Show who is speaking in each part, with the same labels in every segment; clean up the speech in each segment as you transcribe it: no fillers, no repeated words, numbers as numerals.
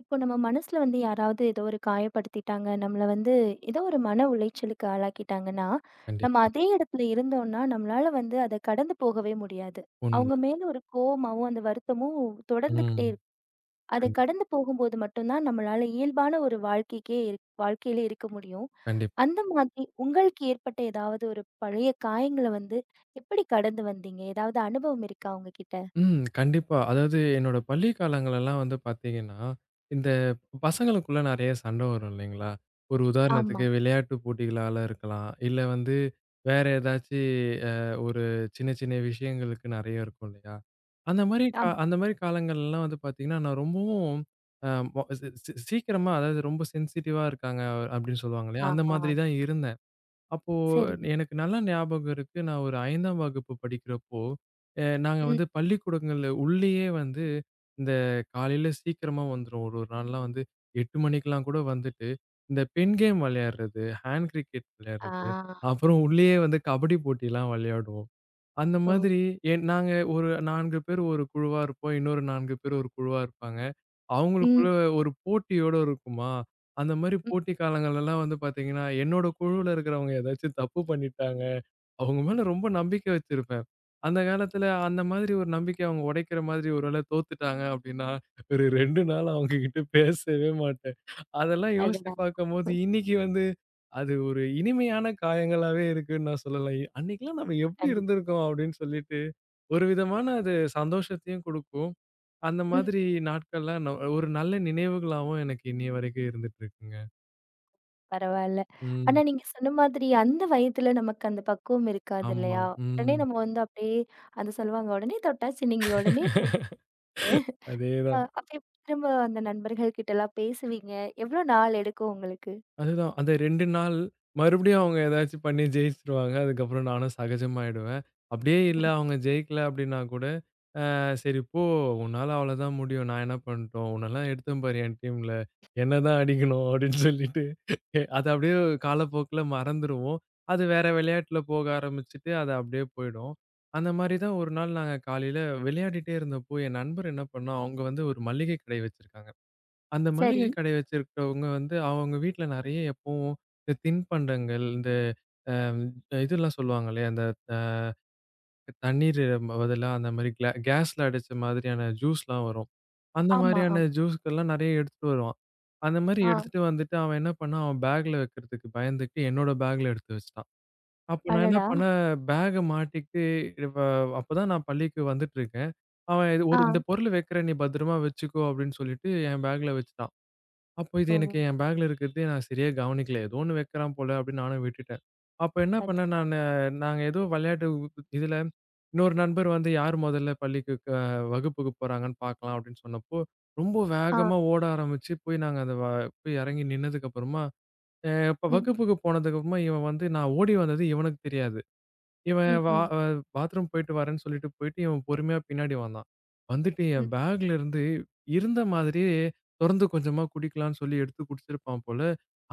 Speaker 1: இப்போ நம்ம மனசுல வந்து யாராவது ஏதோ ஒரு காயப்படுத்திட்டாங்க. நம்மள வந்து ஏதோ ஒரு மன உளைச்சலுக்கு ஆளாக்கிட்டாங்கன்னா, நம்ம
Speaker 2: கண்டிப்பா.
Speaker 1: அதே இடத்துல இருந்தோம்னா, நம்மளால வந்து அத கடந்து போகவே முடியாது. அவங்க
Speaker 2: உண்ம.
Speaker 1: மேல ஒரு கோவமாவும், அந்த வருத்தமும் தொடர்ந்துகிட்டே
Speaker 2: ம்.
Speaker 1: இருக்கும். அத
Speaker 2: கண்டி
Speaker 1: கடந்து போகும்போது மட்டும் தான் நம்மளால இயல்பான ஒரு வாழ்க்கைக்கே வாழ்க்கையில இருக்க முடியும்.
Speaker 2: கண்டிப்பா.
Speaker 1: அந்த மாதிரி உங்களுக்கு ஏற்பட்ட ஏதாவது ஒரு பழைய காயங்கள வந்து எப்படி கடந்து வந்தீங்க? ஏதாவது அனுபவம் இருக்கா உங்ககிட்ட?
Speaker 2: ம். கண்டிப்பா. அதாவது என்னோட பள்ளி காலங்கள்லாம் வந்து பார்த்தீங்கன்னா, இந்த பசங்களுக்குள்ள நெறைய சண்டை வரும் இல்லைங்களா? ஒரு
Speaker 1: ஆமா.
Speaker 2: உதாரணத்துக்கு விளையாட்டு போட்டிகளால இருக்கலாம். இல்ல வந்து வேற ஏதாச்சு அ ஒரு சின்ன சின்ன விஷயங்களுக்கு நெறைய இருக்கும் இல்லையா?
Speaker 1: ஆமா.
Speaker 2: அந்த மாரி காலங்கள்லாம் வந்து பார்த்தீங்கன்னா, நான் ரொம்பவும் அ மொ சி சி சீக்கிரமா, அதாவது ரொம்ப சென்சிட்டிவா இருக்காங்க அப்படின்னு சொல்லுவாங்க இல்லையா?
Speaker 1: ஆ,
Speaker 2: அந்த
Speaker 1: ஆ.
Speaker 2: மாதிரி தான் இருந்தேன். அப்போ
Speaker 1: சரி.
Speaker 2: எனக்கு நல்ல ஞாபகம் இருக்கு. நான் ஒரு 5ஆம் வகுப்பு படிக்கிறப்போ, நாங்க
Speaker 1: ம்.
Speaker 2: வந்து பள்ளிக்கூடங்கள்ல உள்ளேயே வந்து இந்த காலையில சீக்கிரமா வந்துரும். ஒரு ஒரு நாள்லாம் வந்து 8 மணிக்கெல்லாம் கூட வந்துட்டு, இந்த பெண் கேம் விளையாடுறது, ஹேண்ட் கிரிக்கெட் விளையாடுறது,
Speaker 1: ஆ.
Speaker 2: அப்புறம் உள்ளேயே வந்து கபடி போட்டிலாம் விளையாடுவோம். அந்த
Speaker 1: ஓ!
Speaker 2: மாதிரி நாங்க ஒரு 4 பேர் ஒரு குழுவா இருப்போம். இன்னொரு 4 பேர் ஒரு குழுவா இருப்பாங்க.
Speaker 1: ம்,
Speaker 2: அவங்களுக்குள்ள ஒரு போட்டியோட இருக்குமா? அந்த மாரி
Speaker 1: ம்,
Speaker 2: போட்டி காலங்கள்லலாம் வந்து பார்த்தீங்கன்னா, என்னோட குழுவுல இருக்கிறவங்க ஏதாச்சும் தப்பு பண்ணிட்டாங்க. அவங்க
Speaker 1: ம்.
Speaker 2: மேல ரொம்ப நம்பிக்கை வச்சிருப்பேன். அந்த காலத்துல அந்த மாதிரி ஒரு நம்பிக்கைய அவங்க உடைக்கிற மாதிரி ஒரு வேள தோத்துட்டாங்க அப்டின்னா, ஒரு 2 நாள் அவங்க கிட்ட பேசவே மாட்டேன். அதெல்லாம் யோசிச்சு
Speaker 1: அடடா!
Speaker 2: பார்க்கும்போது இன்னைக்கு வந்து அது ஒரு இனிமையான காயங்களாவே இருக்குன்னு நான் சொல்லலாம். அன்னைக்கெல்லாம் நம்ம எப்படி
Speaker 1: கண்டிப்பா.
Speaker 2: இருந்திருக்கோம் அப்படின்னு சொல்லிட்டு, ஒரு விதமான அது சந்தோஷத்தையும் குடுக்கும். அந்த
Speaker 1: ம்.
Speaker 2: மாதிரி நாட்கள்லாம் ஒரு நல்ல நினைவுகளாவும் எனக்கு இன்னைய வரைக்கும் இருந்துட்டு இருக்குங்க.
Speaker 1: பரவால்ல. ஆனா
Speaker 2: ம்.
Speaker 1: நீங்க சொன்ன மாதிரி அந்த வயதுல நமக்கு அந்த பக்குவம் இருக்காது
Speaker 2: ஆமா.
Speaker 1: இல்லையா? உடனே
Speaker 2: ம்.
Speaker 1: நம்ம வந்து அப்படியே அது சொல்லுவாங்க, "உடனே தொட்டா சிணுங்கி, உடனே கூப்டு."
Speaker 2: அதேதான்.
Speaker 1: அப்ப எப்படி திரும்ப அந்த நண்பர்கள் கிட்டலாம் பேசுவீங்க? எவ்வளோ நாள் எடுக்கும் உங்களுக்கு?
Speaker 2: அதுதான். அந்த 2 நாள் மறுபடியும் அவங்க ஏதாச்சும் பண்ணி ஜெயிச்சுருவாங்க. அதுக்கப்புறம் நானும் சகஜமாயிடுவேன். அப்படியே இல்ல அவங்க ஜெயிக்கல அப்படின்னா கூட, அ "சரி போ, உன்னால அவ்வளோதான் முடியும். நான் என்ன பண்ணட்டும்? உன்னெல்லாம் எடுத்தேன் பாரு என் டீம்ல. என்ன தான் அடிக்கணும்" அப்படின்னு சொல்லிட்டு அது அப்படியே காலப்போக்குல மறந்துருவோம். அது வேற விளையாட்டுல போக ஆரம்பிச்சுட்டு அது அப்படியே போயிடும். அந்த மாரி தான் ஒரு நாள் நாங்க காலையில விளையாடிட்டே இருந்தப்போ, என் நண்பர் என்ன பண்ணான், அவங்க வந்து ஒரு மளிகை கடை வச்சிருக்காங்க. அந்த
Speaker 1: சரி.
Speaker 2: மளிகை கடை வச்சிருக்கிறவங்க வந்து, அவங்க வீட்ல நெறைய எப்பவும் இந்த தின்பண்டங்கள், இந்த அ இதெல்லாம் சொல்லுவாங்களே, அந்த அ தண்ணீர் பதிலா அந்த மாரி கிளா கேஸ்ல அடைச்ச மாதிரியான ஜூஸ்லாம் வரும். அந்த
Speaker 1: ஆமா, ஆமா.
Speaker 2: மாதிரியான ஜூஸ்க்கெல்லாம் நெறைய எடுத்துட்டு வருவான். அந்த மாரி
Speaker 1: ஆ.
Speaker 2: எடுத்துட்டு வந்துட்டு அவன் என்ன பண்ணான், அவன் பேக்ல வைக்கிறதுக்கு பயந்துட்டு என்னோட பேக்ல எடுத்து வச்சுட்டான். அப்ப நான் என்ன
Speaker 1: அடடா!
Speaker 2: பண்ணேன், பேக்க மாட்டிக்கிட்டு இப்ப அப்பதான் நான் பள்ளிக்கு வந்துட்டு இருக்கேன். அவன் இது
Speaker 1: ஆ.
Speaker 2: ஒரு இந்த பொருள் வைக்கிறேன், நீ பத்திரமா வச்சுக்கோ அப்படின்னு சொல்லிட்டு என் பேக்ல வச்சுட்டான். அப்போ இது
Speaker 1: ஓ!
Speaker 2: எனக்கு என் பேக்ல இருக்கிறது நான் சரியா கவனிக்கல. ஏதோ ஒண்ணு வைக்கிறான் போல அப்படின்னு நானும் விட்டுட்டேன். அப்ப என்ன
Speaker 1: அது.
Speaker 2: பண்ணேன் நானு, நாங்க ஏதோ இதுல இன்னொரு நண்பர் வந்து யார் முதல்ல பள்ளிக்கு க வகுப்புக்கு போறாங்கன்னு பார்க்கலாம் அப்படின்னு சொன்னப்போ, ரொம்ப
Speaker 1: ஆ.
Speaker 2: வேகமா ஓட ஆரம்பிச்சு போய் நாங்க அந்த வ போய் இறங்கி நின்னதுக்கு அப்புறமா, இப்ப
Speaker 1: ம்.
Speaker 2: வகுப்புக்கு போனதுக்கு அப்புறமா இவன் வந்து நான் ஓடி வந்தது இவனுக்கு தெரியாது. இவன்
Speaker 1: ம்,
Speaker 2: வா
Speaker 1: ம்,
Speaker 2: அ பாத்ரூம் போயிட்டு வரேன்னு சொல்லிட்டு போயிட்டு, இவன் பொறுமையா பின்னாடி வந்தான். வந்துட்டு
Speaker 1: ம்.
Speaker 2: என் பேக்ல இருந்து இருந்த மாதிரியே தொறந்து கொஞ்சமா குடிக்கலான்னு சொல்லி எடுத்து குடிச்சிருப்பான் போல.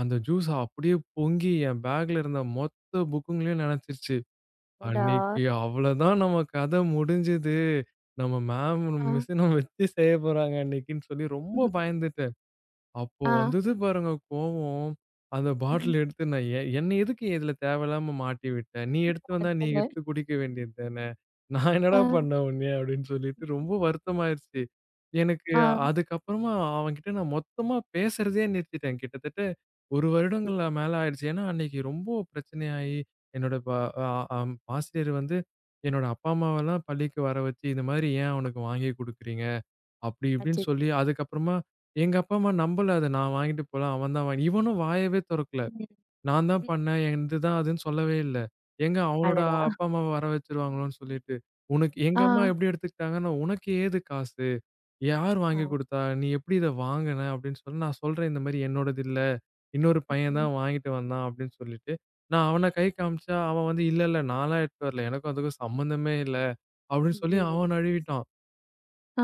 Speaker 2: அந்த ஜூஸ் அப்படியே பொங்கி என் பேக்ல இருந்த மொத்த புக்குங்களையும் நனைச்சிருச்சு.
Speaker 1: அடடா!
Speaker 2: அன்னைக்கு அவ்வளோதான் நம்ம கதை முடிஞ்சது. நம்ம மேம்,
Speaker 1: ஆ.
Speaker 2: மிஸ் நம்ம வச்சு செய்ய போறாங்க அன்னைக்குன்னு சொல்லி ரொம்ப பயந்துட்டேன். அப்போ
Speaker 1: ஆ.
Speaker 2: வந்தது பாருங்க கோவம். அந்த
Speaker 1: ம்.
Speaker 2: பாட்டில் எடுத்து நான் எ என்ன எதுக்கு இதுல தேவையில்லாம மாட்டி விட்ட? நீ எடுத்து வந்தா நீ
Speaker 1: அதாங்க.
Speaker 2: எடுத்து குடிக்க வேண்டியது தானே! நான் என்னடா
Speaker 1: ஆ,
Speaker 2: பண்ணேன் உன்னைய? அப்டின்னு சொல்லிட்டு ரொம்ப வருத்தமாயிருச்சு. எனக்கு
Speaker 1: ஆ.
Speaker 2: அதுக்கப்புறமா அவன்கிட்ட நான் மொத்தமா பேசுறதே நிறுத்திட்டேன். கிட்டத்தட்ட 1 வருடங்கள் மேல ஆயிடுச்சு. ஏன்னா அன்னைக்கு ரொம்ப பிரச்சனையாயி என்னோட ப அ அம் ஆசிரியர் வந்து என்னோட அப்பா, அம்மாவெல்லாம் பள்ளிக்கு வர வச்சு, இந்த மாரி ஏன் அவனுக்கு வாங்கி குடுக்குறீங்க? அப்படி இப்படின்னு
Speaker 1: அச்சச்சோ!
Speaker 2: சொல்லி அதுக்கப்புறமா எங்க அப்பா அம்மா நம்பல அத. நான் வாங்கிட்டு போலாம். அவன் தான் வாங்கி இவனும் வாயவே தொறக்கல.
Speaker 1: ம்,
Speaker 2: நான் தான்
Speaker 1: ம்.
Speaker 2: பண்ணேன். இது தான் அதுன்னு சொல்லவே இல்ல. எங்க அவனோட
Speaker 1: அடடா!
Speaker 2: அப்பா அம்மாவ வர வச்சுருவாங்களோன்னு சொல்லிட்டு. உனக்கு எங்க
Speaker 1: ஆ.
Speaker 2: அம்மா எப்படி எடுத்துக்கிட்டாங்கன்னா, "உனக்கு ஏது காசு? யார்
Speaker 1: ஆ.
Speaker 2: வாங்கி குடுத்தா? நீ எப்படி இத வாங்குன?" அப்படின்னு சொல்லி நான் சொல்றேன் இந்த மாரி என்னோடது இல்ல. இன்னொரு பையன்
Speaker 1: ம்.
Speaker 2: தான் வாங்கிட்டு வந்தான் அப்படின்னு சொல்லிட்டு. நான் அவன கை காமிச்சா அவன் வந்து, "இல்ல, இல்ல நான்லாம் எடுத்துட்டு வரல. எனக்கும் அதுக்கும் சம்மந்தமே இல்ல" அப்படின்னு சொல்லி
Speaker 1: ஐயையோ!
Speaker 2: அவன் நழுவிட்டான்.
Speaker 1: ஆ.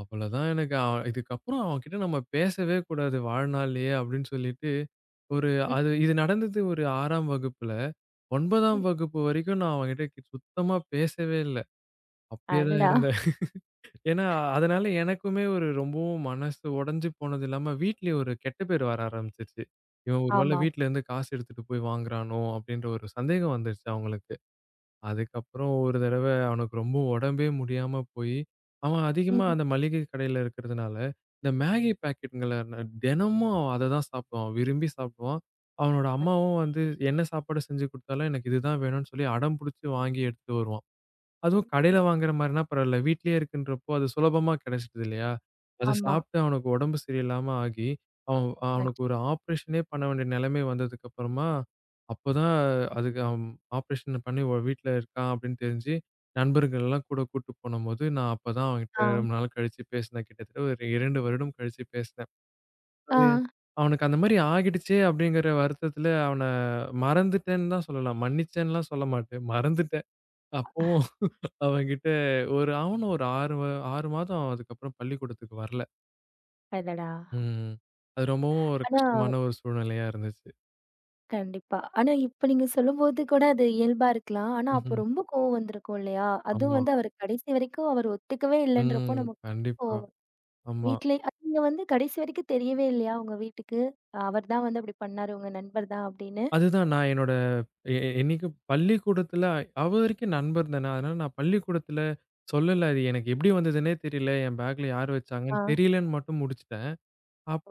Speaker 2: அவ்வளதான் எனக்கு அவன் இதுக்கப்புறம் அவன்கிட்ட நம்ம பேசவே கூடாது வாழ்நாள்லயே அப்படின்னு சொல்லிட்டு, ஒரு
Speaker 1: ம்.
Speaker 2: அது இது நடந்தது ஒரு 6ஆம் வகுப்புல. 9ஆம்
Speaker 1: ம்.
Speaker 2: வகுப்பு வரைக்கும் நான் அவன்கிட்ட சுத்தமா பேசவே இல்ல. அப்படியே தான்
Speaker 1: அடடா!
Speaker 2: இருந்தேன். ஏன்னா, அதனால எனக்குமே ஒரு ரொம்பவும் மனசு உடைஞ்சு போனது இல்லாம, வீட்லயும் ஒரு கெட்ட பேர் வர ஆரம்பிச்சுருச்சு. இவன் ஒரு வேளை
Speaker 1: ஆமா.
Speaker 2: வீட்ல இருந்து காசு எடுத்துட்டு போய் வாங்குறானோ அப்படின்ற ஒரு சந்தேகம் வந்துருச்சு அவங்களுக்கு. அதுக்கப்புறம் ஒரு தடவ அவனுக்கு ரொம்ப உடம்பே முடியாம போயி, அவன் அதிகமா
Speaker 1: ம்.
Speaker 2: அந்த மளிகை கடையில இருக்கிறதுனால, இந்த மேகி பாக்கெட்டுங்கள தினமும் அத தான் சாப்பிடுவான். விரும்பி சாப்பிடுவான். அவனோட
Speaker 1: அச்
Speaker 2: அம்மாவும் வந்து என்ன சாப்பாடு செஞ்சு குடுத்தாலும் எனக்கு இதுதான் வேணும்னு சொல்லி அடம் புடிச்சு வாங்கி எடுத்துட்டு வருவான். அதுவும்
Speaker 1: ம்.
Speaker 2: கடையில
Speaker 1: ம்.
Speaker 2: வாங்குற மாரின்னா பரவால்ல. வீட்லயே இருக்குன்றப்போ, அது சுலபமா கிடைச்சிடுது இல்லையா? அத
Speaker 1: ஆமா.
Speaker 2: சாப்பிட்டு அவனுக்கு உடம்பு சரியில்லாம ஆகி, அவன்
Speaker 1: அச்
Speaker 2: அவனுக்கு ஒரு ஆப்ரேஷனே பண்ண வேண்டிய நிலைமை வந்ததுக்கு அப்புறமா, அப்பதான் அதுக்கு அவன் ஆப்ரேஷன் பண்ணி வீட்ல இருக்கான் அப்படின்னு தெரிஞ்சு, நண்பர்கள்லாம் கூட கூட்டு போனம்போது, நான் அப்பதான்
Speaker 1: ஆ.
Speaker 2: அவன்கிட்ட ரொம்ப நாள் கழிச்சு பேசினேன். கிட்டத்தட்ட ஒரு 2 வருடம் கழிச்சு பேசினேன்.
Speaker 1: ஆ.
Speaker 2: அது அவனுக்கு அந்த மாரி ஆகிடுச்சே அப்படிங்கிற வருத்தத்துல அவன மறந்துட்டேன்னு தான் சொல்லலாம். மன்னிச்சேன்னுலாம் சொல்ல மாட்டேன். மறந்துட்டேன். அப்பவும் அவன்கிட்ட ஒரு அவனும் ஒரு 6 மாதம் அதுக்கப்புறம் பள்ளிக்கூடத்துக்கு வரல.
Speaker 1: அடடா!
Speaker 2: ம். அது ரொம்பவும் ஒரு
Speaker 1: ஆனா
Speaker 2: கஷ்டமான ஒரு சூழ்நிலையா இருந்துச்சு.
Speaker 1: கண்டிப்பா. ஆனா இப்ப நீங்க சொல்லும்போது கூட அது இயல்பா இருக்கலாம். ஆனா அப்போ
Speaker 2: ம்ஹ்ம்.
Speaker 1: ரொம்ப கோவம் வந்திருக்கும் இல்லையா? அதுவும்
Speaker 2: ஆமா.
Speaker 1: வந்து அவரு கடைசி வரைக்கும் அவர் ஒத்துக்கவே இல்லன்றப்போ
Speaker 2: ம்.
Speaker 1: நமக்கு
Speaker 2: கண்டிப்பா.
Speaker 1: கோவம்.
Speaker 2: ஆமா.
Speaker 1: வீட்லே நீங்க வந்து கடைசி வரைக்கும் தெரியவே இல்லையா உங்க வீட்டுக்கு? அவர்தான் வந்து அப்படி பண்ணாரு, உங்க நண்பர் தான் அப்படின்னு.
Speaker 2: அதுதான் நான் என்னோட எ எ- என்னைக்கு பள்ளிக்கூடத்துல அவவரைக்கும் நண்பர் தானே. அதனால நான் பள்ளிக்கூடத்துல சொல்லல. அது எனக்கு எப்படி வந்ததுன்னே தெரியல. என் பேக்ல யார்
Speaker 1: ஆ.
Speaker 2: வச்சாங்கன்னு தெரியலன்னு மட்டும் முடிச்சுட்டேன்.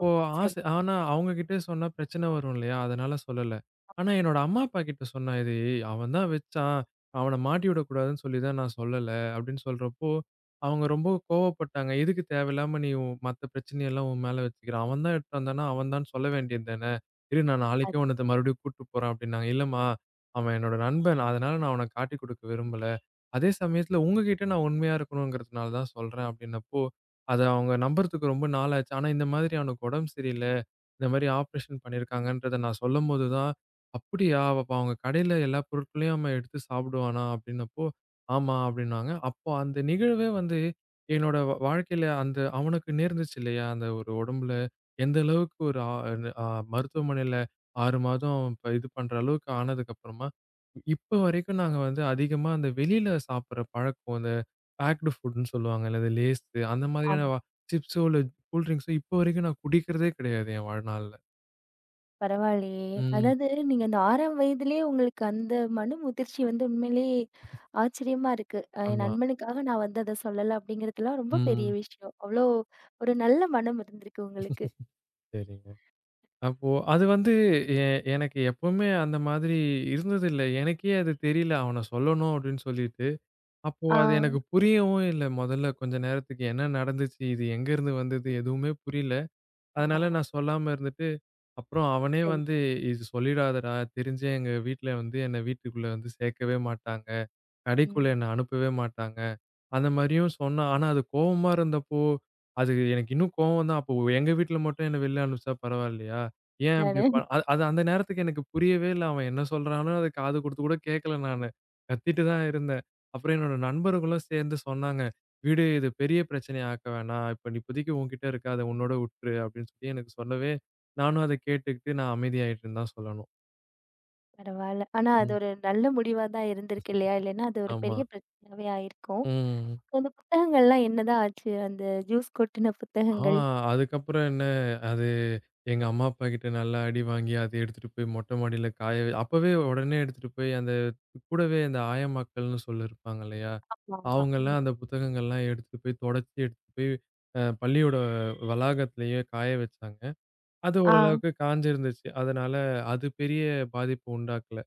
Speaker 1: ஓ! சரி.
Speaker 2: ஆசை ஆனா அவங்க கிட்ட சொன்னா பிரச்சனை வரும் இல்லையா? அதனால சொல்லல. ஆனா என்னோட அம்மா, அப்பா கிட்ட சொன்னேன் இது. "அவன் தான் வச்சான். அவன மாட்டி விடக்கூடாதுன்னு சொல்லி தான் நான் சொல்லல." அப்படின்னு சொல்றப்போ, அவங்க ரொம்ப கோவப்பட்டாங்க. "எதுக்கு தேவையில்லாம நீ உன் மத்த பிரச்சனையெல்லாம் உன் மேல வச்சுக்கிற? அவன் தான் எடுத்துட்டு வந்தான்னா, அவன் தான் சொல்ல வேண்டியது தானே? இரு நான்
Speaker 1: அது
Speaker 2: நாளைக்கே உன்ன மறுபடியும் கூட்டு போறேன்." அப்படின்னாங்க. "இல்லம்மா, அவன் என்னோட நண்பன். அதனால நான் அவன காட்டிக் குடுக்க விரும்பல. அதே சமயத்துல உங்ககிட்ட நான் உண்மையா இருக்கணும்ங்கிறதுனால தான் சொல்றேன்." அப்படின்னப்போ அத அவங்க நம்புறதுக்கு ரொம்ப நாள் ஆச்சு. ஆனா இந்த மாதிரி அவனுக்கு உடம்பு சரியில்ல. இந்த மாரி ஆப்ரேஷன் பண்ணியிருக்காங்கன்றத நான் சொல்லும்போது தான், "அப்படியா! அப்ப அவங்க கடையில எல்லா பொருட்களையும் அவன் எடுத்து சாப்பிடுவானா?" அப்படின்னப்போ, "ஆமா" அப்படின்னாங்க. அப்போ அந்த நிகழ்வே வந்து என்னோட வாழ்க்கையில அந்த அவனுக்கு நேர்ந்துச்சு இல்லையா? அந்த ஒரு உடம்புல எந்த அளவுக்கு ஒரு ஆ அ மருத்துவமனையில 6 மாதம் இப்ப இது பண்ற அளவுக்கு ஆனதுக்கு அப்புறமா, இப்ப வரைக்கும் நாங்க வந்து அதிகமா அந்த வெளியில சாப்பிடுற பழக்கம் பேக்டு ஃபுட்ன்னு சொல்லுவாங்க. அல்லது லேஸ் அந்த மாதிரியான
Speaker 1: ஆமா.
Speaker 2: சிப்ஸோ, இல்ல கூல் ட்ரிங்க்ஸோ இப்போ வரைக்கும் நான் குடிக்கிறதே கிடையாது என் வாழ்நாள்ல.
Speaker 1: பரவாயில்லையே.
Speaker 2: ம்.
Speaker 1: அதாவது நீங்க அந்த 6ஆம் வயதிலேயே உங்களுக்கு அந்த மன முதிர்ச்சி வந்து உண்மையிலேயே ஆச்சரியமா இருக்கு. என்
Speaker 2: ஆமா.
Speaker 1: நண்பனுக்காக நான் வந்து அத சொல்லல அப்படிங்கிறதுலாம் ரொம்ப பெரிய
Speaker 2: ம்.
Speaker 1: விஷயம். அவ்ளோ ஒரு நல்ல மனம் இருந்திருக்கு உங்களுக்கு.
Speaker 2: சரிங்க. அப்போ அது வந்து எ எனக்கு எப்பவுமே அந்த மாதிரி இருந்ததில்ல. எனக்கே அது தெரியல. அவன சொல்லணும் அப்படின்னு சொல்லிட்டு. அப்போ
Speaker 1: ஆ,
Speaker 2: அது எனக்கு புரியவும் இல்ல. முதல்ல கொஞ்ச நேரத்துக்கு என்ன நடந்துச்சு? இது எங்கேருந்து வந்தது? எதுவுமே புரியல.
Speaker 1: ஆ.
Speaker 2: அதனால நான் சொல்லாம இருந்துட்டு, அப்புறம் அவனே
Speaker 1: சரி.
Speaker 2: வந்து "இது சொல்லிடாதடா! தெரிஞ்சே எங்க வீட்ல வந்து என்ன வீட்டுக்குள்ள வந்து சேர்க்கவே மாட்டாங்க."
Speaker 1: ம்.
Speaker 2: கடைக்குள்ள என்ன அனுப்பவே மாட்டாங்க. அந்த மாரியும் சொன்னா, ஆனா அது கோவமா இருந்தப்போ, அது எனக்கு இன்னும் கோவம் தான். அப்போ எங்க வீட்ல மட்டும் என்ன வெளில அனுப்பிச்சா பரவாயில்லையா? ஏன் அப்படி
Speaker 1: அதானே.
Speaker 2: ப அது அது அந்த நேரத்துக்கு எனக்கு புரியவே இல்ல. அவன் என்ன சொல்றானோ அது காது குடுத்து கூட கேட்கல நானு. கத்திட்டு தான் இருந்தேன். அப்புறம் என்னோட நண்பர்களும் சேர்ந்து சொன்னாங்க. "விடு இது பெரிய பிரச்சனை ஆக்க வேணாம். இப்ப நீ இப்போதைக்கு உன்கிட்ட இருக்கு. அத உன்னோட உட்ரு" அப்படின்னு சொல்லி எனக்கு சொல்லவே, நானும் அத கேட்டுக்கிட்டு நான் அமைதியாயிட்டேன்னு தான் சொல்லணும்.
Speaker 1: பரவால்ல. ஆனா அது
Speaker 2: ம்.
Speaker 1: ஒரு நல்ல முடிவா தான் இருந்திருக்கு இல்லையா? இல்லைன்னா அது ஒரு
Speaker 2: ஆமா.
Speaker 1: பெரிய பிரச்சனையாவே ஆயிருக்கும்.
Speaker 2: ம்.
Speaker 1: அந்த புத்தகங்கள்லாம் என்னதான் ஆச்சு? அந்த ஜூஸ் கொட்டுன
Speaker 2: ஆ
Speaker 1: புத்தகங்கள்.
Speaker 2: அதுக்கப்புறம் என்ன, அது எங்க அம்மா, அப்பா கிட்ட நல்லா அடி வாங்கி, அத எடுத்துட்டு போய் மொட்டை மாடியில அப்பவே உடனே எடுத்துட்டு போய் அந்த கூடவே அந்த ஆயம்மாக்கள்ன்னு சொல்லி இருப்பாங்க இல்லையா?
Speaker 1: ஆமாமா. ம்.
Speaker 2: அவங்கலாம் அந்த புத்தகங்கள்லாம் எடுத்துட்டு போய் தொடச்சு எடுத்துட்டு போய் பள்ளியோட வளாகத்திலேயே காய வச்சாங்க. அது
Speaker 1: ஆ
Speaker 2: ஓரளவுக்கு காஞ்சிருந்துச்சு. அதனால அது பெரிய பாதிப்பு உண்டாக்கல.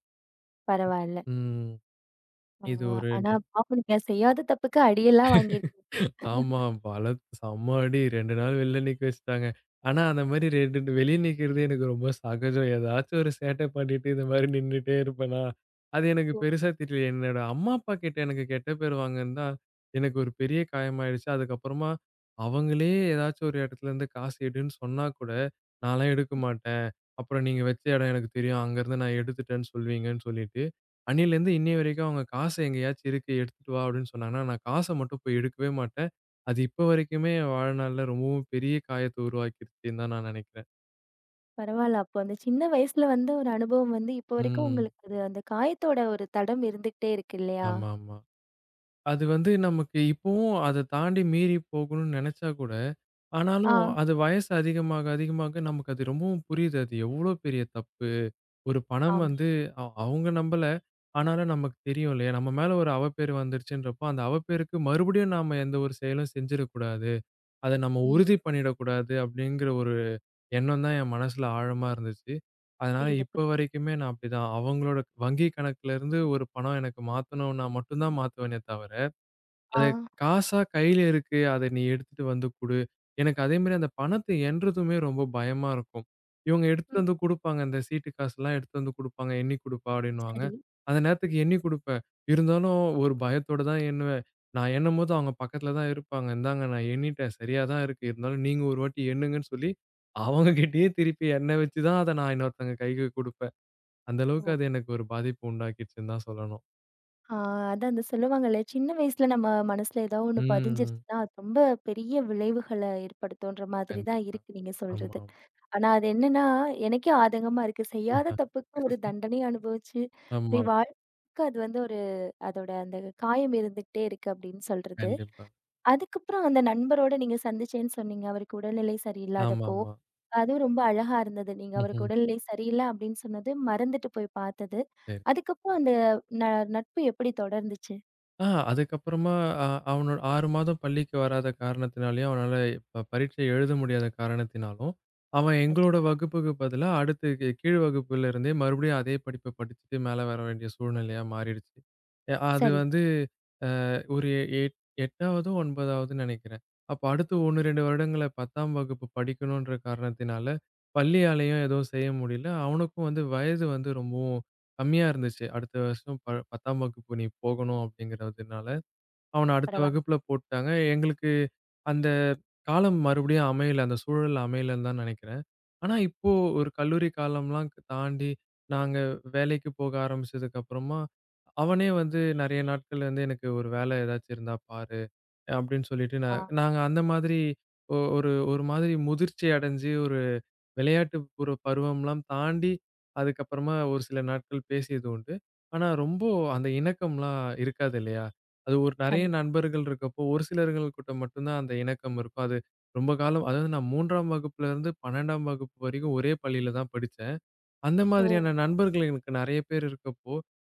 Speaker 1: பரவால்ல.
Speaker 2: ம்.
Speaker 1: ஆ
Speaker 2: இது ஒரு
Speaker 1: ஆனா
Speaker 2: ஞா
Speaker 1: பாவம் நீங்க செய்யாத தப்புக்கு அடியெல்லாம் வாங்கியிருக்கீங்க.
Speaker 2: ஆமா. பலத்த செம்ம அடி. 2 நாள் வெளில நிக்க வச்சுட்டாங்க. ஆனா, அந்த மாரி 2 வெளிய நிக்கிறது எனக்கு ரொம்ப சகஜம். ஏதாச்சும் ஒரு சேட்டை பண்ணிட்டு, இந்த மாரி நின்னுட்டே இருப்பேனா, அது எனக்கு
Speaker 1: ஓ!
Speaker 2: பெருசா தெரியல. என்னோட அம்மா, அப்பா கிட்ட எனக்கு கெட்ட பேர் வாங்குனது தான் எனக்கு ஒரு பெரிய காயமாயிடுச்சு. அதுக்கப்புறமா அவங்களே ஏதாச்சும் ஒரு இடத்துலருந்து காசு எடுன்னு சொன்னா கூட, நான்லாம் எடுக்க மாட்டேன். அப்புறம் நீங்க வச்ச இடம் எனக்கு தெரியும். அங்கருந்து நான் எடுத்துட்டேன்னு சொல்லுவீங்கன்னு சொல்லிட்டு, அன்னையிலேருந்து இன்னைய வரைக்கும் அவங்க காசு எங்கேயாச்சும் இருக்கு எடுத்துட்டு வா அப்படின்னு சொன்னாங்கன்னா, நான் காச மட்டும் போய் எடுக்கவே மாட்டேன். அது இப்ப வரைக்குமே வாழ்நாள்ல ரொம்பவும் பெரிய காயத்த உருவாக்கிருச்சுன்னு தான் நான் நினைக்கிறேன்.
Speaker 1: பரவால்ல. அப்போ அந்த சின்ன வயசுல வந்த ஒரு அனுபவம் வந்து இப்போ வரைக்கும்
Speaker 2: ம்.
Speaker 1: உங்களுக்கு அது அந்த காயத்தோட ஒரு தடம் இருந்துகிட்டே இருக்கு இல்லையா?
Speaker 2: ஆமா, ஆமா. அது வந்து நமக்கு இப்பவும் அத தாண்டி மீறி போகணும்னு நெனச்சா கூட,
Speaker 1: ஆ,
Speaker 2: ஆனாலும் அது வயசு அதிகமாக, அதிகமாக நமக்கு அது ரொம்பவும் புரியுது. அது எவ்ளோ பெரிய தப்பு. ஒரு பணம்
Speaker 1: ஆமா.
Speaker 2: வந்து அவங்க நம்பல. ஆனாலும் நமக்கு தெரியும் இல்லையா? நம்ம மேல ஒரு அவப்பேறு வந்துருச்சுன்றப்போ, அந்த அவப்பேறுக்கு மறுபடியும் நாம எந்த ஒரு செயலும் செஞ்சிடக்கூடாது. அத நம்ம
Speaker 1: ம்.
Speaker 2: உறுதி பண்ணிடக்கூடாது அப்படிங்கிற ஒரு எண்ணம் தான் என் மனசுல ஆழமா இருந்துச்சு. அதனால
Speaker 1: புரியுது,
Speaker 2: இப்ப
Speaker 1: புரியுது.
Speaker 2: வரைக்குமே நான் அப்படிதான். அவங்களோட வங்கி கணக்குல இருந்து ஒரு பணம் எனக்கு மாத்தணும்னா மட்டும் தான் மாத்துவேனே தவிர
Speaker 1: ஆ.
Speaker 2: அது காசா கையில இருக்கு. அத நீ எடுத்துட்டு வந்து குடு. எனக்கு அதே மாரி அந்த பணத்த எண்றதுமே ரொம்ப பயமா இருக்கும். இவங்க எடுத்துட்டு
Speaker 1: ம்.
Speaker 2: வந்து குடுப்பாங்க. இந்த சீட்டு காசுலாம் எடுத்துட்டு வந்து குடுப்பாங்க. எண்ணி குடுப்பா அப்டின்னுவாங்க.
Speaker 1: சரி.
Speaker 2: அந்த நேரத்துக்கு எண்ணி குடுப்பேன். இருந்தாலும் ஒரு பயத்தோட தான் எண்ணுவேன். நான் எண்ணும்போது அவங்க பக்கத்துல தான் இருப்பாங்க. இந்தாங்க நான் எண்ணிட்டேன். சரியா தான் இருக்கு. இருந்தாலும் நீங்க ஒரு வாட்டி எண்ணுங்கன்னு சொல்லி, அவங்க
Speaker 1: ஓ!
Speaker 2: கிட்டயே திருப்பி எண்ண வச்சு தான் அத நான் இன்னொருத்தவங்க கைக்கு குடுப்பேன். அந்த
Speaker 1: ஓ!
Speaker 2: அளவுக்கு அது எனக்கு ஒரு பாதிப்பு உண்டாக்கிடுச்சுன்னு தான் சொல்லணும்.
Speaker 1: ஆ அதான் அந்த சொல்லுவாங்கல்ல, சின்ன வயசுல நம்ம மனசுல ஏதோ ஒண்ணு
Speaker 2: ம்.
Speaker 1: பதிஞ்சிருச்சுன்னா, அது ரொம்ப பெரிய விளைவுகள ஏற்படுத்தும்ன்ற மாதிரி தான்
Speaker 2: கண்டிப்பா.
Speaker 1: இருக்கு நீங்க சொல்றது.
Speaker 2: ஆமா.
Speaker 1: ஆனா அது என்னன்னா, எனக்கே ஆதங்கமா இருக்கு. செய்யாத
Speaker 2: ஆமா.
Speaker 1: தப்புக்கு ஒரு தண்டனை அனுபவிச்சு, இப்படி
Speaker 2: ஆமா.
Speaker 1: வாழ்க்கைக்கு அது வந்து ஒரு அதோட அந்த காயம் இருந்துகிட்டே இருக்கு அப்படின்னு சொல்றது.
Speaker 2: கண்டிப்பா.
Speaker 1: அதுக்கப்புறம் அந்த நண்பரோட நீங்க சந்திச்சேன்னு சொன்னீங்க. அவருக்கு உடல்நிலை சரியில்லாதப்போ.
Speaker 2: ஆமாமா.
Speaker 1: அதுவும் ரொம்ப அழகா இருந்தது. நீங்க அவருக்கு
Speaker 2: ம்ஹ்ம்.
Speaker 1: உடல்நிலை சரியில்ல அப்படின்னு சொன்னது, மறந்துட்டு போய் பார்த்தது.
Speaker 2: சரி.
Speaker 1: அதுக்கப்புறம் அந்த ந நட்பு எப்படி தொடர்ந்துச்சு?
Speaker 2: ஆ அதுக்கப்புறமா அ அவனோட 6 மாதம் பள்ளிக்கு வராத காரணத்தினாலயும், அவனால பரீட்சை எழுத முடியாத காரணத்தினாலும், அவன்
Speaker 1: அச்
Speaker 2: எங்களோட வகுப்புக்கு பதிலா அடுத்து கீழ் வகுப்புல இருந்தே மறுபடியும் அதே படிப்ப படிச்சுட்டு மேல வர வேண்டிய சூழ்நிலையா மாறிடுச்சு. அது
Speaker 1: சரி.
Speaker 2: வந்து ஒரு எட் 8ஆவதோ 9ஆவதுன்னு நினைக்கிறேன். அப்ப அடுத்து 1, 2 வருடங்கள 10ஆம் வகுப்பு படிக்கணுன்ற காரணத்தினால, பள்ளியாலயும் எதுவும் செய்ய முடியல. அவனுக்கும் வந்து வயது வந்து ரொம்பவும் கம்மியா இருந்துச்சு. அடுத்த வருஷம் 10ஆம் வகுப்பு நீ போகணும் அப்படிங்கிறதுனால, அவன அடுத்த
Speaker 1: பரவால்ல.
Speaker 2: வகுப்புல போட்டாங்க. எங்களுக்கு அந்த காலம் மறுபடியும் அமையல. அந்த சூழல் அமையலன்னு தான் நெனைக்கிறேன். ஆனா, இப்போ ஒரு கல்லூரி காலம்லாம் தாண்டி நாங்க வேலைக்கு போக ஆரம்பிச்சதுக்கு அப்புறமா, அவனே வந்து நெறைய நாட்கள் வந்து எனக்கு ஒரு வேல ஏதாச்சும் இருந்தா பாரு! அப்படின்னு சொல்லிட்டு
Speaker 1: ஆ
Speaker 2: நாங்க அந்த மாதிரி ஒ ஒரு ஒரு மாதிரி முதிர்ச்சி அடைஞ்சு ஒரு விளையாட்டு ஒரு பருவம்லாம் தாண்டி, அதுக்கப்புறமா ஒரு சில நாட்கள் பேசியது உண்டு. ஆனா, ரொம்ப அந்த இணக்கம்லாம் இருக்காது இல்லையா? அது ஒரு நெறைய
Speaker 1: கண்டிப்பா.
Speaker 2: நண்பர்கள் இருக்கப்போ, ஒரு சிலர்கள் கிட்ட மட்டும் தான் அந்த இணக்கம் இருக்கும். அது ரொம்ப காலம் அதாவது நான் 3ஆம் வகுப்புலருந்து 12ஆம் வகுப்பு வரைக்கும் ஒரே பள்ளியில தான் படிச்சேன். அந்த
Speaker 1: ஓ!
Speaker 2: மாதிரியான நண்பர்கள் எனக்கு நெறைய பேர் இருக்கப்போ,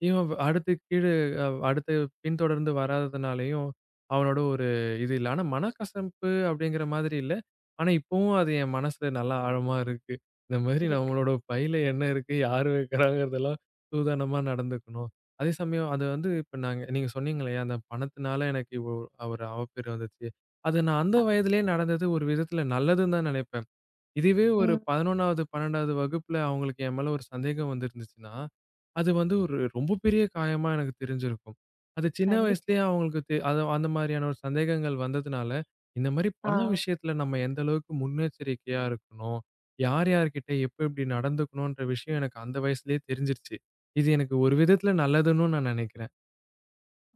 Speaker 2: இவன் வ் அடுத்து கீழ அ அடுத்து பின்தொடர்ந்து வராததுனாலயும், அவனோட ஒரு இது இல்ல. ஆனா மனக்கசப்பு அப்படிங்கிற மாதிரி இல்ல. ஆனா இப்பவும் அது என் மனசுல நல்லா ஆழமா இருக்கு. இந்த மாதிரி
Speaker 1: இருக்கு.
Speaker 2: நம்மளோட பையில என்ன இருக்கு, யார் வைக்கிறாங்கிறதெல்லாம் சூதானமா நடந்துக்கணும். அதே சமயம் அது வந்து இப்ப நாங்க நீங்க சொன்னீங்க இல்லையா, அந்த பணத்தினால எனக்கு இவ்ளோ ஒரு அவப்பேர் வந்துச்சு. அது நான் அந்த
Speaker 1: ஆ.
Speaker 2: வயதிலேயே நடந்தது ஒரு விதத்தில நல்லதுன்னு தான் நெனைப்பேன். இதுவே ஒரு
Speaker 1: ம்.
Speaker 2: 11வது, 12வது வகுப்புல அவங்களுக்கு என் மேல ஒரு சந்தேகம் வந்திருந்துச்சுன்னா, அது வந்து ஒரு ரொம்ப பெரிய காயமா எனக்கு தெரிஞ்சிருக்கும். அது சின்ன
Speaker 1: கண்டிப்பா.
Speaker 2: வயசுலயே அவங்களுக்கு அது அந்த மாரியான ஒரு சந்தேகங்கள் வந்ததுனால, இந்த மாரி
Speaker 1: ஆ
Speaker 2: பண விஷயத்துல நம்ம எந்த அளவுக்கு முன்னெச்சரிக்கையா இருக்கணும், யார் யார்கிட்ட எப்ப எப்படி நடந்துக்கணுன்ற விஷயம் எனக்கு அந்த வயசுலயே தெரிஞ்சிருச்சு. இது எனக்கு ஒரு விதத்துல நல்லதுன்னும் நான் நெனைக்கிறேன்.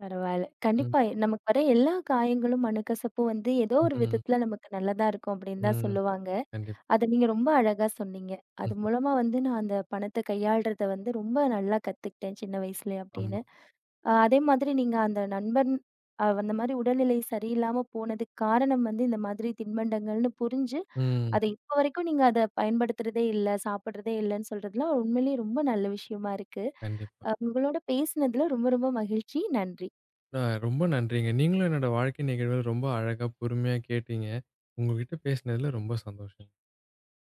Speaker 1: பரவால்ல.
Speaker 2: ம்,
Speaker 1: கண்டிப்பா நமக்கு வர எல்லா காயங்களும், மனக்கசப்பும் வந்து ஏதோ ஒரு
Speaker 2: ம்,
Speaker 1: விதத்துல நமக்கு நல்லதா இருக்கும் அப்படின்னு தான்
Speaker 2: ம்.
Speaker 1: சொல்லுவாங்க.
Speaker 2: கண்டிப்பா.
Speaker 1: அத நீங்க ரொம்ப அழகா சொன்னீங்க. அது
Speaker 2: ம்.
Speaker 1: மூலமா வந்து நான் அந்த பணத்த கையாள்றத வந்து ரொம்ப நல்லா கத்துக்கிட்டேன் சின்ன வயசுலே அப்படின்னு.
Speaker 2: ஆமா.
Speaker 1: அதே மாதிரி நீங்க அந்த நண்பன் அந்த மாரி உடல்நிலை சரியில்லாம போனதுக்கு காரணம் வந்து இந்த மாதிரி தின்பண்டங்கள்னு புரிஞ்சு,
Speaker 2: ம்.
Speaker 1: அத இப்ப வரைக்கும் நீங்க அத பயன்படுத்துறதே இல்ல, சாப்பிடுறதே இல்லன்னு சொல்றதுலாம் உண்மையிலேயே ரொம்ப நல்ல விஷயமா இருக்கு.
Speaker 2: கண்டிப்பா.
Speaker 1: அ உங்களோட பேசினதுல ரொம்ப ரொம்ப மகிழ்ச்சி. நன்றி.
Speaker 2: ரொம்ப நன்றிங்க. நீங்களும் என்னோட வாழ்க்கை நிகழ்வுகள் ரொம்ப அழகா பொறுமையா கேட்டீங்க. உங்ககிட்ட பேசினதுல ரொம்ப சந்தோஷம்.